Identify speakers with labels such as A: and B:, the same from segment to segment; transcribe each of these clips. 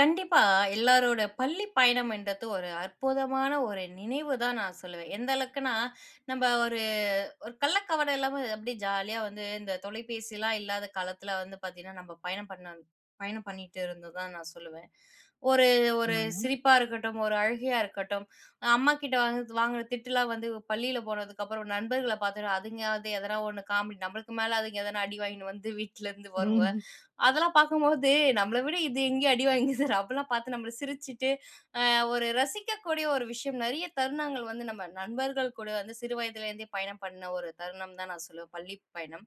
A: கண்டிப்பா. எல்லாரோட பள்ளி பயணம்ன்றது ஒரு அற்புதமான ஒரு நினைவு தான் நான் சொல்லுவேன். எந்த அளவுக்குன்னா, நம்ப ஒரு ஒரு கள்ளக்கவடம் இல்லாம அப்படியே ஜாலியா வந்து இந்த தொலைபேசிலாம் இல்லாத காலத்துல வந்து பார்த்தீங்கன்னா, நம்ம பயணம் பண்ணிட்டு இருந்தது தான் நான் சொல்லுவேன். ஒரு ஒரு
B: ஆமாங்க.
A: சிரிப்பா இருக்கட்டும், ஒரு அழுகையா இருக்கட்டும், அம்மாகிட்ட வாங்குற திட்டுலாம் வந்து பள்ளியில போனதுக்கப்புறம் நண்பர்கள பார்த்துட்டு அதுங்க வந்து எதனா ஒண்ணு காமெடி நம்மளுக்கு மேல அதுங்க எதனா அடி வாங்கின்னு வந்து வீட்லருந்து வருங்க.
B: ம்.
A: அதெல்லாம் பார்க்கும்போது, நம்மள விட இது எங்க அடி வாங்கிது அப்பலாம் பார்த்து நம்மள சிரிச்சுட்டு, அ ஒரு ரசிக்கக்கூடிய ஒரு விஷயம். நெறைய தருணங்கள் வந்து நம்ம நண்பர்கள் கூட வந்து சிறு வயதிலேருந்தே பயணம் பண்ண ஒரு தருணம் தான் நான் சொல்லுவேன். பள்ளி பயணம்.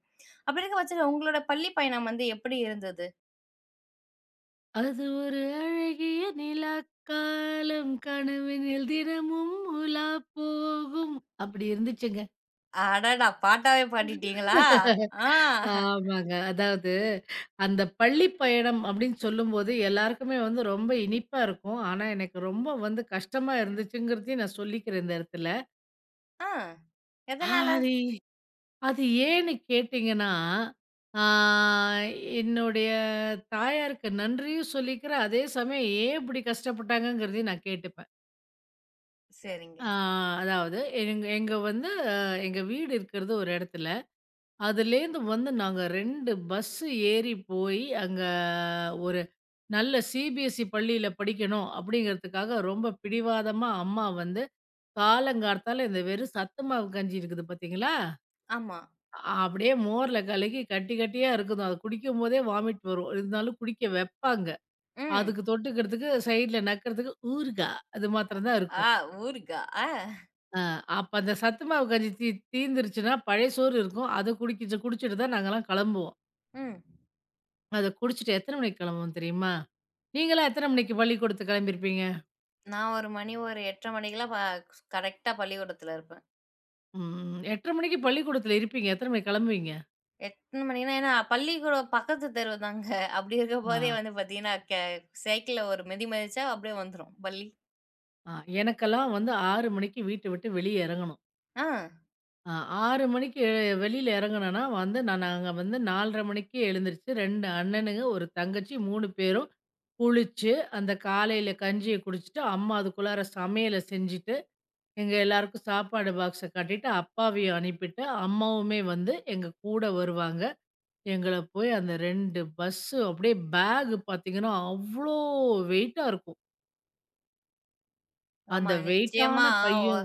A: அப்படி இருக்க பட்சத்துல உங்களோட பள்ளி பயணம் வந்து எப்படி இருந்தது?
B: அது ஒரு அழகிய நிலாக்காலம் கனவினில் தினமும் உலா போகும் அப்படி இருந்துச்சுங்க.
A: அடடா! பாட்டாவே பாடிட்டீங்களா? ஆ.
B: ஆமாங்க. அதாவது அந்த பள்ளி பயணம் அப்படின்னு சொல்லும்போது எல்லாருக்குமே வந்து ரொம்ப இனிப்பா இருக்கும். ஆனா எனக்கு ரொம்ப வந்து கஷ்டமா இருந்துச்சுங்கிறதையும் நான் சொல்லிக்கிறேன் இந்த இடத்துல.
A: ஆ.
B: ஆ
A: எதனால?
B: அது அது ஏன்னு கேட்டீங்கன்னா, ஆ என்னுடைய தாயாருக்கு நன்றியும் சொல்லிக்கிறேன். அதே சமயம் ஏன் இப்படி கஷ்டப்பட்டாங்கங்கிறதையும் நான் கேட்டுப்பேன்.
A: சரிங்க.
B: ஆ அதாவது எங்க எங்க வந்து எங்க வீடு இருக்கிறது ஒரு இடத்துல. அதுலேருந்து வந்து நாங்க 2 பஸ்ஸு ஏறி போய் அங்க ஒரு நல்ல சிபிஎஸ்இ பள்ளியில படிக்கணும் அப்படிங்கிறதுக்காக ரொம்ப பிடிவாதமா அம்மா வந்து காலங்கார்த்தால இந்த வெறும் சத்து மாவு கஞ்சி இருக்குது பார்த்தீங்களா?
A: ஆமா.
B: அப்படியே மோர்ல கலக்கி கட்டி கட்டியா இருக்குதாம். அது குடிக்கும்போதே வாமிட் வரும். இருந்தாலும் குடிக்க வைப்பாங்க.
A: ம்.
B: அதுக்கு தொட்டுக்கிறதுக்கு சைடுல நக்கிறதுக்கு ஊறுகாய் அது மாத்திரம் தான்
A: ஆ.
B: இருக்கும்.
A: ஊருக்கா? ஆ.
B: அ அப்ப அந்த சத்து மாவு கஞ்சி தீந்துருச்சுன்னா பழைய சோறு இருக்கும். அத குடிக்கிச்சு குடிச்சுட்டு தான் நாங்கலாம் கிளம்புவோம்.
A: ம்.
B: அத குடிச்சுட்டு எத்தன மணிக்கு கிளம்புவோம் தெரியுமா? நீங்கலாம் எத்தன மணிக்கு பள்ளிக்கூடத்துக்கு கிளம்பியிருப்பீங்க?
A: நான் ஒரு மணி ஒரு 8:30 மணிக்கெல்லாம் கரெக்ட்டா பள்ளிக்கூடத்துல இருப்பேன்.
B: ம். 8:30 மணிக்கு பள்ளிக்கூடத்துல இருப்பீங்க. எத்தன மணிக்கு கிளம்புவீங்க?
A: எத்தன மணிக்குன்னா, ஏன்னா பள்ளிக்கூடம் பக்கத்து தெரு தாங்க. அப்படி
B: ஆ,
A: இருக்கும்போதே வந்து பார்த்தீங்கன்னா, சைக்கிள்ல ஒரு மிதி மிதிச்சா அப்படியே வந்துரும் பள்ளி.
B: ஆ. எனக்கெல்லாம் வந்து 6 மணிக்கு வீட்ட விட்டு வெளிய இறங்கணும்.
A: ஆ,
B: அ 6 மணிக்கு வெளியில இறங்குனேன்னா வந்து நாங்க வந்து 4:30 மணிக்கு எழுந்திருச்சு 2 அண்ணனுங்க, 1 தங்கச்சி 3 பேரும் குளிச்சு, அந்த காலையில கஞ்சிய குடிச்சுட்டு, அம்மா அதுக்குள்ளார சமையல செஞ்சுட்டு, எங்க எல்லாருக்கும் சாப்பாடு பாக்ஸ கட்டிட்டு, அப்பாவையும் அனுப்பிட்டு, அம்மாவுமே வந்து எங்க கூட வருவாங்க. எங்கள போய் அந்த 2 பஸ்ஸு அப்படியே பேக் பார்த்தீங்கன்னா, அவ்ளோ வெயிட்டா இருக்கும். அந்த
A: ஆமா.
B: வெயிட்டான
A: நிச்சயமா. ஒ
B: பையும்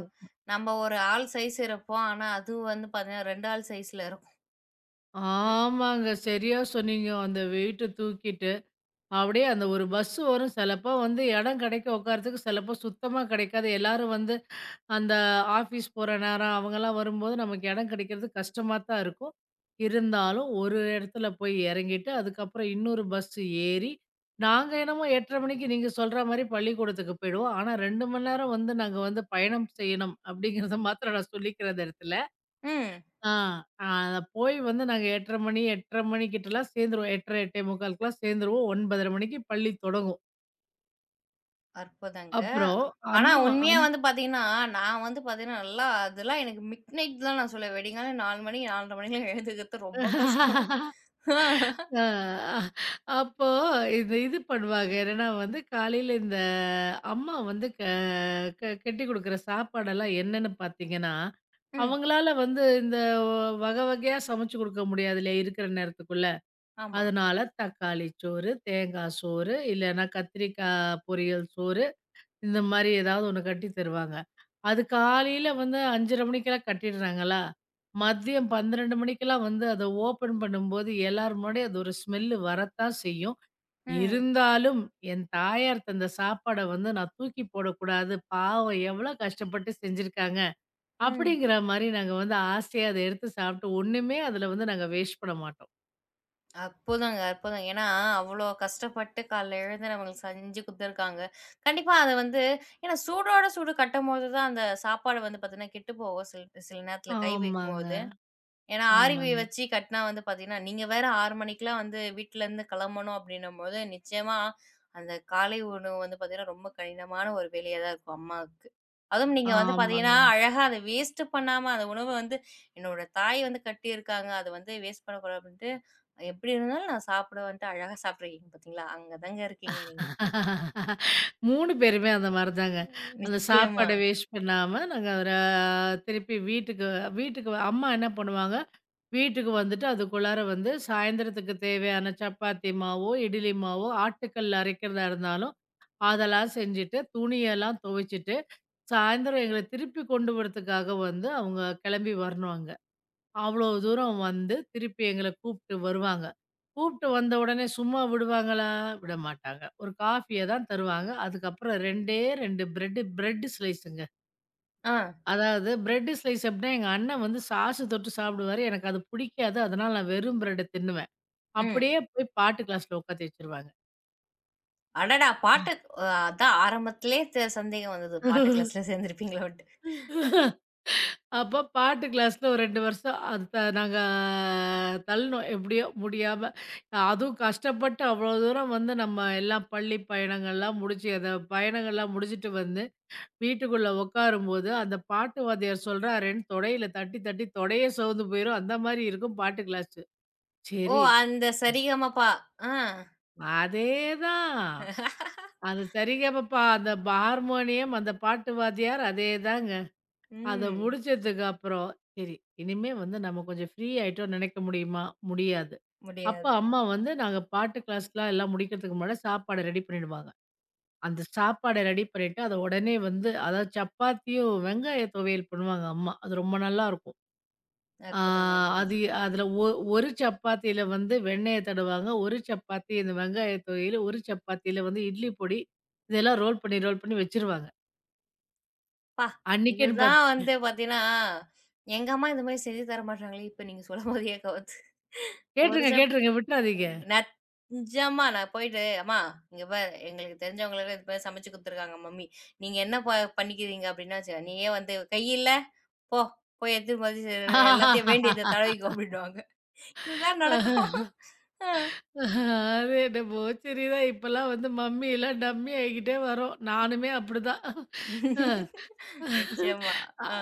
A: நம்ம ஒரு ஆள் சைஸ் இருப்போம். ஆனா, அது வந்து பார்த்தீங்கன்னா 2 ஆள் சைஸ்ல இருக்கும்.
B: ஆமாங்க. சரியா சொன்னீங்க. அந்த வெயிட்ட தூக்கிட்டு அப்படியே அந்த ஒரு பஸ் வரும். சிலப்போ வந்து இடம் கிடைக்கும் உட்காரத்துக்கு, சிலப்போ சுத்தமா கிடைக்காது. எல்லாரும் வந்து அந்த ஆஃபீஸ் போற நேரம் அவங்கலாம் வரும்போது நமக்கு இடம் கிடைக்கிறது கஷ்டமா தான் இருக்கும். இருந்தாலும் ஒரு இடத்துல போய் இறங்கிட்டு, அதுக்கப்புறம் இன்னொரு பஸ் ஏறி, நாங்க என்னமோ 8:30 மணிக்கு நீங்க சொல்ற மாரி பள்ளிக்கூடத்துக்கு போயிடுவோம். ஆனா 2 மணி நேரம் வந்து நாங்க வந்து பயணம் செய்யணும் அப்படிங்கிறத மாத்திரம் நான் சொல்லிக்கிறேன் அந்த இடத்துல.
A: ம்.
B: ஆ, ஆ, அத போய் வந்து நாங்க 8:30 மணிக்கிட்டலாம் சேர்ந்துருவோம். 8:30, 8:45க்குலாம் சேர்ந்துருவோம். 9:30 மணிக்கு பள்ளி தொடங்கும்.
A: அற்புதங்க.
B: அப்புறம்
A: ஆனா,
B: அம்மா
A: உண்மையா
B: அம்
A: வந்து பார்த்தீங்கன்னா, நான் வந்து பார்த்தீங்கன்னா, நல்லா அதெல்லாம் எனக்கு மிட்நைட் தான் நான் சொல்லுவேன். விடிங்காலை 4 மணி, 4:30 மணிக்கெல்லாம் எழுந்துக்கிறது ரொம்ப கஷ்டம்.
B: ஆ, அப்போ இது இது பண்ணுவாங்க. என்னன்னா வந்து காலையில இந்த அம்மா வந்து க க கெட்டி குடுக்குற சாப்பாடெல்லாம் என்னன்னு பார்த்தீங்கன்னா,
A: ம்.
B: அவங்களால வந்து இந்த வகை வகையா சமைச்சு குடுக்க முடியாது இல்லையா, இருக்கிற நேரத்துக்குள்ள.
A: ஆமா.
B: அதனால தக்காளி சோறு, தேங்காய் சோறு, இல்லன்னா கத்திரிக்காய் பொரியல் சோறு இந்த மாரி ஏதாவது ஒண்ணு கட்டி தருவாங்க. அது காலையில வந்து 5:30 மணிக்கெல்லாம் கட்டிடுறாங்களா, மதியம் 12 மணிக்கெல்லாம் வந்து அத ஓப்பன் பண்ணும்போது எல்லார் முன்னாடியும் அது ஒரு ஸ்மெல்லு வரத்தான் செய்யும்.
A: ம்.
B: இருந்தாலும் என் தாயார் தந்த சாப்பாட வந்து நான் தூக்கி போடக்கூடாது. பாவம் எவ்வளோ கஷ்டப்பட்டு செஞ்சிருக்காங்க.
A: ம்.
B: அப்படிங்கிற மாரி நாங்க வந்து ஆசையா அத எடுத்து சாப்பிட்டு ஒண்ணுமே அதுல வந்து நாங்க வேஸ்ட் பண்ண மாட்டோம்.
A: அற்புதங்க, அற்புதம். ஏன்னா, அவ்ளோ கஷ்டப்பட்டு காலைல எழுந்து நம்மளுக்கு செஞ்சு குடுத்துருக்காங்க. கண்டிப்பா அது வந்து ஏன்னா சூடோட சூடு கட்டும்போது தான் அந்த சாப்பாடு வந்து பாத்தீங்கன்னா, கெட்டுப்போகும். சில சில நேரத்துல கை
B: ஆமாங்க,
A: வைக்கும்போது. ஏன்னா, ஆரிவி
B: ஆமாங்க,
A: வச்சு கட்டினா வந்து பார்த்தீங்கன்னா, நீங்க வேற 6 மணிக்கெல்லாம் வந்து வீட்லருந்து கிளம்பணும் அப்டின்னும்போது, நிச்சயமா அந்த காலை உணவு வந்து பார்த்தீங்கன்னா, ரொம்ப கடினமான ஒரு வேலையா தான் இருக்கும் அம்மாவுக்கு. அதுவும் நீங்க வந்து பார்த்தீங்கன்னா,
B: ஆமாங்க.
A: அழகா அத வேஸ்ட் பண்ணாம அந்த உணவ வந்து என்னோட தாய் வந்து கட்டியிருக்காங்க. அது வந்து வேஸ்ட் பண்ணக்கூடாது அப்டின்ட்டு, எப்டி இருந்தாலும் நான் சாப்பிடுவேன்ட்டு அழகா சாப்பிட்டுருக்கீங்க பார்த்தீங்களா? அங்க தாங்க இருக்கீங்க நீங்க.
B: 3 பேருமே அந்த மாரி தாங்க. அந்த
A: நிச்சயமா.
B: சாப்பாட வேஸ்ட் பண்ணாம நாங்க ஒரு திருப்பி வீட்டுக்கு வீட்டுக்கு வ- அம்மா என்ன பண்ணுவாங்க, வீட்டுக்கு வந்துட்டு அதுக்குள்ளார வந்து சாயந்தரத்துக்கு தேவையான சப்பாத்தி மாவோ, இட்லி மாவோ ஆட்டுக்கல்ல அரைக்கிறதா இருந்தாலும், அதெல்லாம் செஞ்சுட்டு, துணியெல்லாம் துவைச்சுட்டு, சாயந்தரம் எங்கள திருப்பி கொண்டு வரதுக்காக வந்து அவங்க கிளம்பி வரணுங்க. அவ்வளோ தூரம் வந்து திருப்பி எங்கள கூப்ட்டு வருவாங்க. கூப்ட்டு வந்த உடனே சும்மா விடுவாங்களா? விட மாட்டாங்க. ஒரு காஃபிய தான் தருவாங்க. அதுக்கப்புறம் 2 பிரெட், பிரெட் ஸ்லைஸுங்க.
A: ஆ.
B: அதாவது பிரெட் ஸ்லைஸ் அப்படின்னா எங்க அண்ணன் வந்து சாஸ் தொட்டு சாப்பிடுவாரு. எனக்கு அது புடிக்காது. அதனால நான் வெறும் பிரெட்ட தின்னுவேன்.
A: ம்.
B: அப்படியே போய் பாட்டு கிளாஸ்ல உட்காத்தி வச்சுருவாங்க.
A: அடடா! பாட்டு அதான் ஆரம்பத்திலேயே சந்தேகம் வந்தது. பாட்டு கிளாஸ்ல சேர்ந்திருப்பீங்களோன்ட்டு.
B: அப்ப பாட்டு கிளாஸ்ல ஒரு 2 வருஷம் அது த நாங்க தள்ளினோம். எப்படியோ முடியாம. அதுவும் கஷ்டப்பட்டு அவ்வளோ தூரம் வந்து நம்ம எல்லாம் பள்ளி பயணங்கள்லாம் முடிச்சு, அத பயணங்கள்லாம் முடிச்சுட்டு வந்து வீட்டுக்குள்ள உட்காரும்போது, அந்த பாட்டு வாத்தியார் சொல்றாருன்னு தொடையில தட்டி தட்டி தொடையே சோர்ந்து போயிரும். அந்த மாரி இருக்கும் பாட்டு கிளாஸு.
A: ஓ!
B: சரி,
A: அந்த சரிகமபா. ஆ.
B: அதேதான். அது சரிகமப அந்த ஹார்மோனியம், அந்த பாட்டு வாத்தியார் அதேதாங்க. அத
A: ம்.
B: முடிச்சதுக்கு அப்புறம், சரி இனிமே வந்து நம்ம கொஞ்சம் ஃப்ரீ ஆயிட்டோம்னு நெனைக்க முடியுமா? முடியாது. அப்ப
A: முடியாது.
B: அம்மா வந்து நாங்க பாட்டு கிளாஸ்லாம் எல்லாம் முடிக்கிறதுக்கு முன்னாடி சாப்பாடு ரெடி பண்ணிடுவாங்க. அந்த சாப்பாட ரெடி பண்ணிட்டு, அத உடனே வந்து அதாவது சப்பாத்தியும் வெங்காய துவையல் பண்ணுவாங்க அம்மா. அது ரொம்ப நல்லாருக்கும். ஆ
A: அற்புதங்க, அற்புதங்க.
B: அது அதுல ஒரு சப்பாத்தியில வந்து வெண்ணெய தடவுவாங்க. ஒரு சப்பாத்தி இந்த வெங்காய துவையல், ஒரு சப்பாத்தியில வந்து இட்லி பொடி, இதெல்லாம் ரோல் பண்ணி ரோல் பண்ணி வச்சுருவாங்க.
A: அப்பா!
B: அன்னைக்குன்னு
A: இதுதான்
B: பாத்து
A: வந்து பார்த்தீங்கன்னா, எங்க அம்மா இந்த மாரி செஞ்சு தர மாட்டாங்களே! இப்ப நீங்க சொல்லும்போது ஏன் கவுத்து. ஒரு
B: கேட்டுருங்க,
A: சப்
B: கேட்டுருங்க விட்றாதீங்க.
A: நட் நிஜமா நான் போயிட்டு, "அம்மா இங்க பாரு எங்களுக்கு தெரிஞ்சவங்களுக்கு இது மாரி சமைச்சு குடுத்துருக்காங்க மம்மி. நீங்க என்ன பண்ணிக்கிறீங்க?" அப்டின்னா வச்சுக்க, "நீயே வந்து கை இல்ல, போ போய் எடுத்துட்டு போய் எல்லாத்தையும் வேண்டியத தடவிக்கோ" அப்டின்னுவாங்க. இதுதான் நடக்கும்.
B: அது
A: ஆ.
B: என்னமோ சரிதான். இப்பலாம் வந்து மம்மி எல்லாம் டம்மி ஆயிக்கிட்டே வரோம். நானுமே அப்படிதான். அ
A: நிச்சயமா.
B: அ
A: அ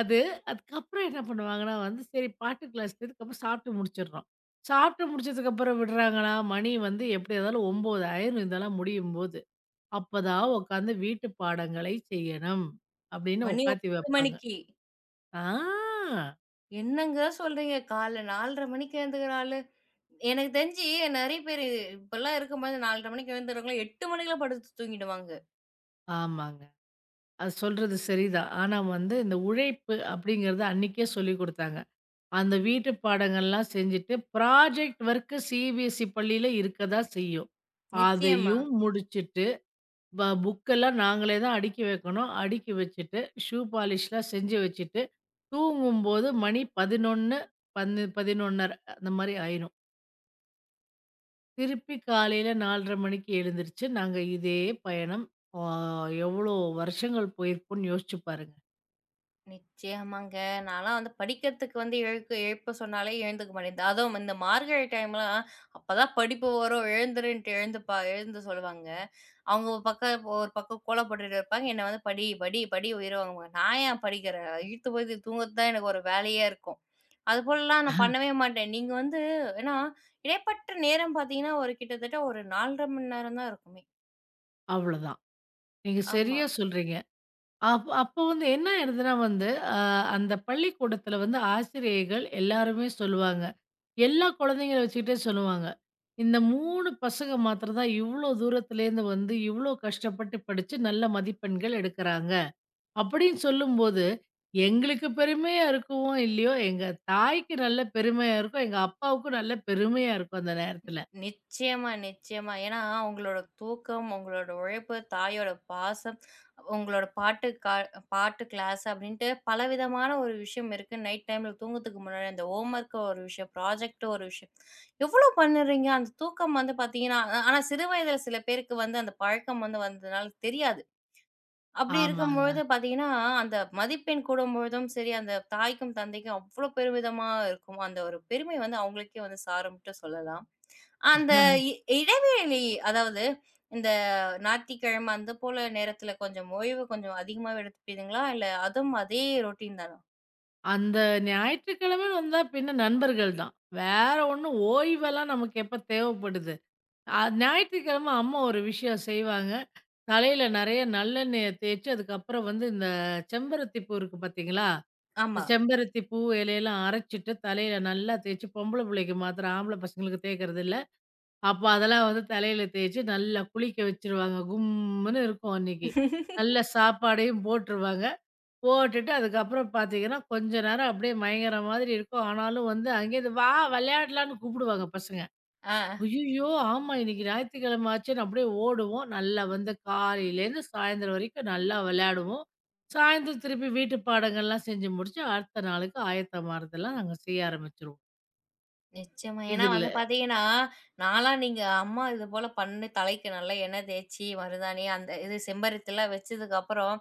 B: அது அதுக்கப்புறம் என்ன பண்ணுவாங்கன்னா வந்து, சரி பாட்டு கிளாஸ் இதுக்கப்புறம் சாப்பிட்டு முடிச்சிடுறோம். சாப்பிட்டு முடிச்சதுக்கப்புறம் விடுறாங்களா? மணி வந்து எப்படி இருந்தாலும் 9 ஆயிரும் இதெல்லாம் முடியும்போது. அப்பதான் உட்காந்து வீட்டு பாடங்களை செய்யணும். அப்படின்னு
A: மணி
B: உட்காத்தி
A: 9
B: வைப்பாங்க.
A: மணிக்கு.
B: ஆ
A: என்னங்க சொல்றீங்க? காலைல 4:30 மணிக்கு எழுந்துக்கிற ஆளு. எனக்கு தெரிஞ்சு நெறைய பேரு இப்பலாம் இருக்கும்போது 4:30 மணிக்கு எழுந்துறவங்க 8 மணிக்கெல்லாம் படுத்து தூங்கிடுவாங்க.
B: ஆமாங்க. அது சொல்றது சரிதான். ஆனா வந்து இந்த உழைப்பு அப்படிங்கிறது அன்னைக்கே சொல்லிக் குடுத்தாங்க. அந்த வீட்டு பாடங்கள்லாம் செஞ்சுட்டு, ப்ராஜெக்ட் ஒர்க் சிபிஎஸ்இ பள்ளியில இருக்க தான் செய்யும்.
A: நிச்சயமா,
B: அதையும் முடிச்சுட்டு, புக்கெல்லாம் நாங்களே தான் அடுக்கி வைக்கணும். அடுக்கி வச்சுட்டு, ஷூ பாலிஷ்லாம் செஞ்சு வச்சுட்டு, தூங்கும்போது மணி 11:00 11:30 அந்த மாரி ஆயிரும். திருப்பி காலையில 4:30 மணிக்கு எழுந்திருச்சு, நாங்க இதே பயணம். ஆ எவ்வளோ வருஷங்கள் போயிருக்கும்னு யோசிச்சு பாருங்க.
A: நிச்சயமாங்க. நான்லாம் வந்து படிக்கிறதுக்கு வந்து எழுப்ப சொன்னாலே எழுந்துக்க மாட்டேன்து. அதுவும் இந்த மார்கழி டைம்லாம் அப்பதான் படிப்பு வரும் எழுந்துருன்ட்டு எழுந்துப்பா எழுந்து சொல்லுவாங்க. அவங்க ஒரு பக்கம் ஒரு பக்கம் கோலப்பட்டுட்டு இருப்பாங்க. என்ன வந்து படி, படி, படி உயிரை வாங்குவாங்க. நான் ஏன் படிக்கிறேன்? இழுத்து போத்தி தூங்குறது தான் எனக்கு ஒரு வேலையா இருக்கும். அதுபோலலாம் நான் பண்ணவே மாட்டேன். நீங்க வந்து ஏன்னா, இடைப்பட்ட நேரம் பார்த்தீங்கன்னா, ஒரு கிட்டத்தட்ட ஒரு 4 1/2 மணி நேரம் தான் இருக்குமே!
B: அவ்வளோதான். நீங்க
A: ஆமா.
B: சரியா சொல்றீங்க. அப்போ வந்து என்ன ஆயிடுதுன்னா வந்து, அ அந்த பள்ளிக்கூடத்தில வந்து ஆசிரியைகள் எல்லாருமே சொல்லுவாங்க. எல்லா குழந்தைங்கள வச்சுக்கிட்டே சொல்லுவாங்க. இந்த 3 பசங்க மாத்திரம் தான் இவ்ளோ தூரத்துலேருந்து வந்து இவ்ளோ கஷ்டப்பட்டு படிச்சு நல்ல மதிப்பெண்கள் எடுக்குறாங்க. அப்படின்னு சொல்லும்போது, எங்களுக்கு பெருமையா இருக்கவோ இல்லையோ, எங்க தாய்க்கு நல்ல பெருமையா இருக்கும். எங்க அப்பாவுக்கும் நல்ல பெருமையா இருக்கும் அந்த நேரத்தில.
A: நிச்சயமா, நிச்சயமா. ஏன்னா, உங்களோட தூக்கம், உங்களோட உழைப்பு, தாயோட பாசம், உங்களோட பாட்டு கிளாஸ் அப்படின்ட்டு பலவிதமான ஒரு விஷயம் இருக்கு. நைட் டைம்ல தூங்கத்துக்கு முன்னாடி அந்த ஹோம் ஒர்க் ஒரு விஷயம், ப்ராஜெக்ட் ஒரு விஷயம். எவ்வளோ பண்ணுறீங்க? அந்த தூக்கம் வந்து பார்த்தீங்கன்னா, ஆனா சிறு வயதில சில பேருக்கு வந்து அந்த பழக்கம் வந்து வந்ததுனால தெரியாது. அப்படி
B: ஆமாங்க.
A: இருக்கும்பொழுது பார்த்தீங்கன்னா, அந்த மதிப்பெண் கூடும்பொழுதும் சரி, அந்த தாய்க்கும், தந்தைக்கும் அவ்ளோ பெருமிதமா இருக்கும். அந்த ஒரு பெருமை வந்து அவங்களுக்கே வந்து சாரும்ன்ட்டு சொல்லலாம். அந்த இ இடைவேளை அதாவது இந்த ஞாயிற்றுக்கிழமை அந்த போல நேரத்தில கொஞ்சம் ஓய்வு கொஞ்சம் அதிகமாவே எடுத்துப்பீங்களா? இல்ல அதுவும் அதே ரொட்டீன் தானா?
B: அந்த ஞாயிற்றுக்கிழமைன்னு வந்தா பின்ன நண்பர்கள் தான். வேற ஒண்ணும் ஓய்வெல்லாம் நமக்கு எப்ப தேவைப்படுது? ஞாயிற்றுக்கிழமை அம்மா ஒரு விஷயம் செய்வாங்க. தலையில நெறைய நல்லெண்ணெய தேய்ச்சு, அதுக்கப்புறம் வந்து இந்த செம்பருத்தி பூ இருக்கு பார்த்தீங்களா? இந்த
A: ஆமா.
B: செம்பருத்தி பூ இலையெல்லாம் அரைச்சுட்டு, தலையில நல்லா தேய்ச்சு பொம்பள புள்ளைக்கு மாத்திரம் ஆம்பள பசங்களுக்கு தேய்க்கிறதில்ல. அப்ப அதெல்லாம் வந்து தலையில தேய்ச்சு நல்லா குளிக்க வச்சுருவாங்க. கும்முன்னு இருக்கும் அன்னைக்கு. நல்ல சாப்பாடையும் போட்டுருவாங்க. போட்டுட்டு அதுக்கப்புறம் பார்த்தீங்கன்னா, கொஞ்ச நேரம் அப்படியே மயங்குற மாதிரி இருக்கும். ஆனாலும் வந்து அங்கேருந்து "வா விளையாடலான்னு" கூப்பிடுவாங்க பசங்க.
A: ஆ.
B: ஐய்யயோ! ஆமா இன்னைக்கு ஞாயித்துக்கிழமை ஆச்சேன்னு அப்படியே ஓடுவோம். நல்லா வந்து காலையிலேருந்து சாயந்தரம் வரைக்கும் நல்லா விளையாடுவோம். சாயந்தரம் திருப்பி வீட்டு பாடங்கள்லாம் செஞ்சு முடிச்சு, அடுத்த நாளுக்கு ஆயத்தமாறதெல்லாம் நாங்க செய்ய ஆரம்பிச்சுருவோம்.
A: நிச்சயமா. ஏன்னா வந்து
B: இதுல
A: பார்த்தீங்கன்னா, நான்லாம் நீங்க அம்மா இது போல பண்ணி தலைக்கு நல்லா எண்ணெய் தேய்ச்சி, மருதாணி அந்த இது செம்பருத்திலாம் வச்சதுக்கப்புறம்,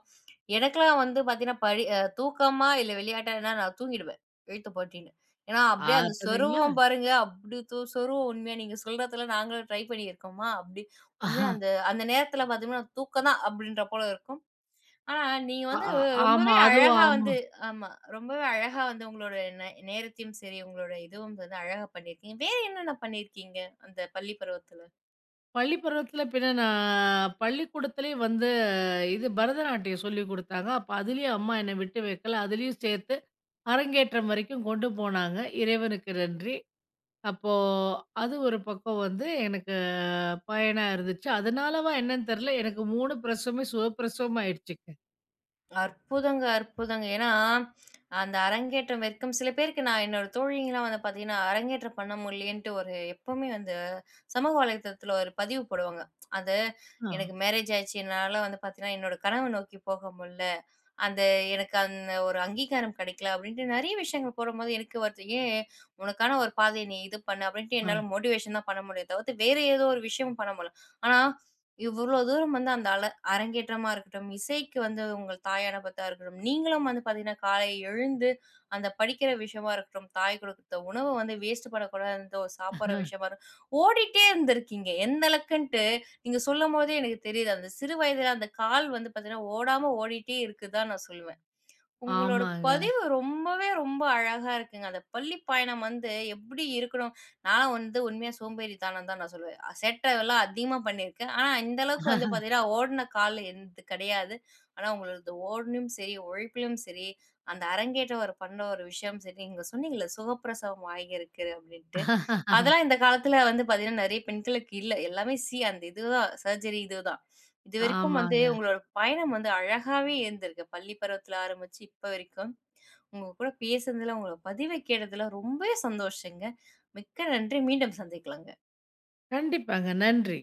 A: எனக்கெல்லாம் வந்து பார்த்தீங்கன்னா, படி தூக்கமா இல்ல விளையாட்டானா நான் தூங்கிடுவேன். இழுத்து போட்டின்னு. ஏன்னா
B: ஆ
A: அப்படியே அந்த
B: பார்த்தீங்களா?
A: சொருவும் பாருங்க, அப்படி சொருவும் உண்மையா நீங்க சொல்றதுல நாங்களும் ட்ரை பண்ணியிருக்கோமா, அப்படி உண்மையா
B: ஆ
A: அந்த அந்த நேரத்தில பார்த்தீங்கன்னா, தூக்கம் தான் அப்படின்ற போல இருக்கும். ஆனா, நீங்க வந்து
B: ஆ- ஆமா.
A: ரொம்பவே
B: அதுவும்
A: அழகா
B: ஆமா.
A: வந்து ஆமா. ரொம்பவே அழகா வந்து உங்களோட நேரத்தையும் சரி, உங்களோட இதுவும் வந்து அழகா பண்ணியிருக்கீங்க. வேற என்னென்ன பண்ணியிருக்கீங்க அந்த பள்ளி பருவத்துல?
B: பள்ளி பருவத்தில பின்ன நான் பள்ளிக்கூடத்திலேயே வந்து இது பரதநாட்டியம் சொல்லி குடுத்தாங்க. அப்ப அதிலயும் அம்மா என்ன விட்டு வைக்கல. அதிலயும் சேர்த்து அரங்கேற்றம் வரைக்கும் கொண்டு போனாங்க. இறைவனுக்கு நன்றி. அப்போ அது ஒரு பக்கம் வந்து எனக்கு பயனா இருந்துச்சு. அதனாலவா என்னன்னு தெரியல. எனக்கு 3 பிரசவமே சுகப்பிரசவமா ஆயிடுச்சுங்க.
A: அற்புதங்க, அற்புதங்க. ஏன்னா, அந்த அரங்கேற்றம் வரைக்கும் சில பேருக்கு நான் என்னோட தோழிங்கலாம் வந்து பார்த்தீங்கன்னா, அரங்கேற்றம் பண்ண முடியலன்ட்டு ஒரு எப்பவுமே வந்து சமூக வலைத்தளத்துல ஒரு பதிவு போடுவாங்க. அது
B: ஆ,
A: எனக்கு மேரேஜ் ஆயிடுச்சு. என்னால வந்து பார்த்தீங்கன்னா, என்னோட கனவ நோக்கி போக முடில. அந்த எனக்கு அந்த ஒரு அங்கீகாரம் கிடைக்கல அப்படின்ட்டு நெறைய விஷயங்கள் போடும்போது எனக்கு வருது. ஏன் உனக்கான ஒரு பாதைய நீ இது பண்ணு அப்படின்ட்டு
B: ஆ.
A: என்னால மோட்டிவேஷன் தான் பண்ண முடியும். தவிர்த்து வேற ஏதோ ஒரு விஷயமும் பண்ண முடியல. ஆனா, இவ்வளோ தூரம் வந்து அந்த அரங்கேற்றமா இருக்கட்டும், இசைக்கு வந்து உங்கள் தாயானபத்தா இருக்கட்டும், நீங்களும் வந்து பார்த்தீங்கன்னா, காலை எழுந்து அந்த படிக்கிற விஷயமா இருக்கட்டும், தாய் குடுத்த உணவ வந்து வேஸ்ட் பண்ணக்கூடாதுன்ற ஒரு சாப்பிடுற விஷயமா இருக்கட்டும், ஓடிட்டே இருந்திருக்கீங்க. எந்த அளவுக்குன்ட்டு நீங்க சொல்லும்போதே எனக்கு தெரியுது. அந்த சிறு வயதில அந்த கால் வந்து பார்த்தீங்கன்னா, ஓடாம ஓடிட்டே இருக்குதுதான் நான் சொல்லுவேன். உங்களோட
B: ஆமாங்க.
A: பதிவு ரொம்பவே ரொம்ப அழகா இருக்குங்க. அந்த பள்ளி பயணம் வந்து எப்படி இருக்கணும்? நான்லாம் வந்து உண்மையா சோம்பேறித்தனம் தான் நான் சொல்லுவேன். சேட்டைலாம் அதிகமா பண்ணியிருக்கேன். ஆனா, இந்த அளவுக்கு வந்து பார்த்தீங்கன்னா, ஓடுன கால் என்து கிடையாது. ஆனா, உங்களது ஓடலயும் சரி, உழைப்பிலும் சரி, அந்த அரங்கேற்றம் ஒரு பண்ண ஒரு விஷயம் சரி, நீங்க சொன்னீங்கல்ல சுகப்பிரசவம் ஆகியிருக்கு அப்படின்ட்டு. அதெல்லாம் இந்த காலத்தில வந்து பார்த்தீங்கன்னா, நெறைய பெண்களுக்கு இல்ல. எல்லாமே அந்த இதுதான் சர்ஜரி இதுதான். இதுவரைக்கும் வந்து
B: ஆமாங்க.
A: உங்களோட பயணம் வந்து அழகாவே இருந்திருக்கு. பள்ளி பருவத்துல ஆரம்பிச்சு இப்ப வரைக்கும். உங்க கூட பேசுனதுல, உங்களோட பதிவ கேட்டதுல ரொம்பவே சந்தோஷங்க. மிக்க நன்றி. மீண்டும் சந்திக்கலாங்க.
B: கண்டிப்பாங்க. நன்றி.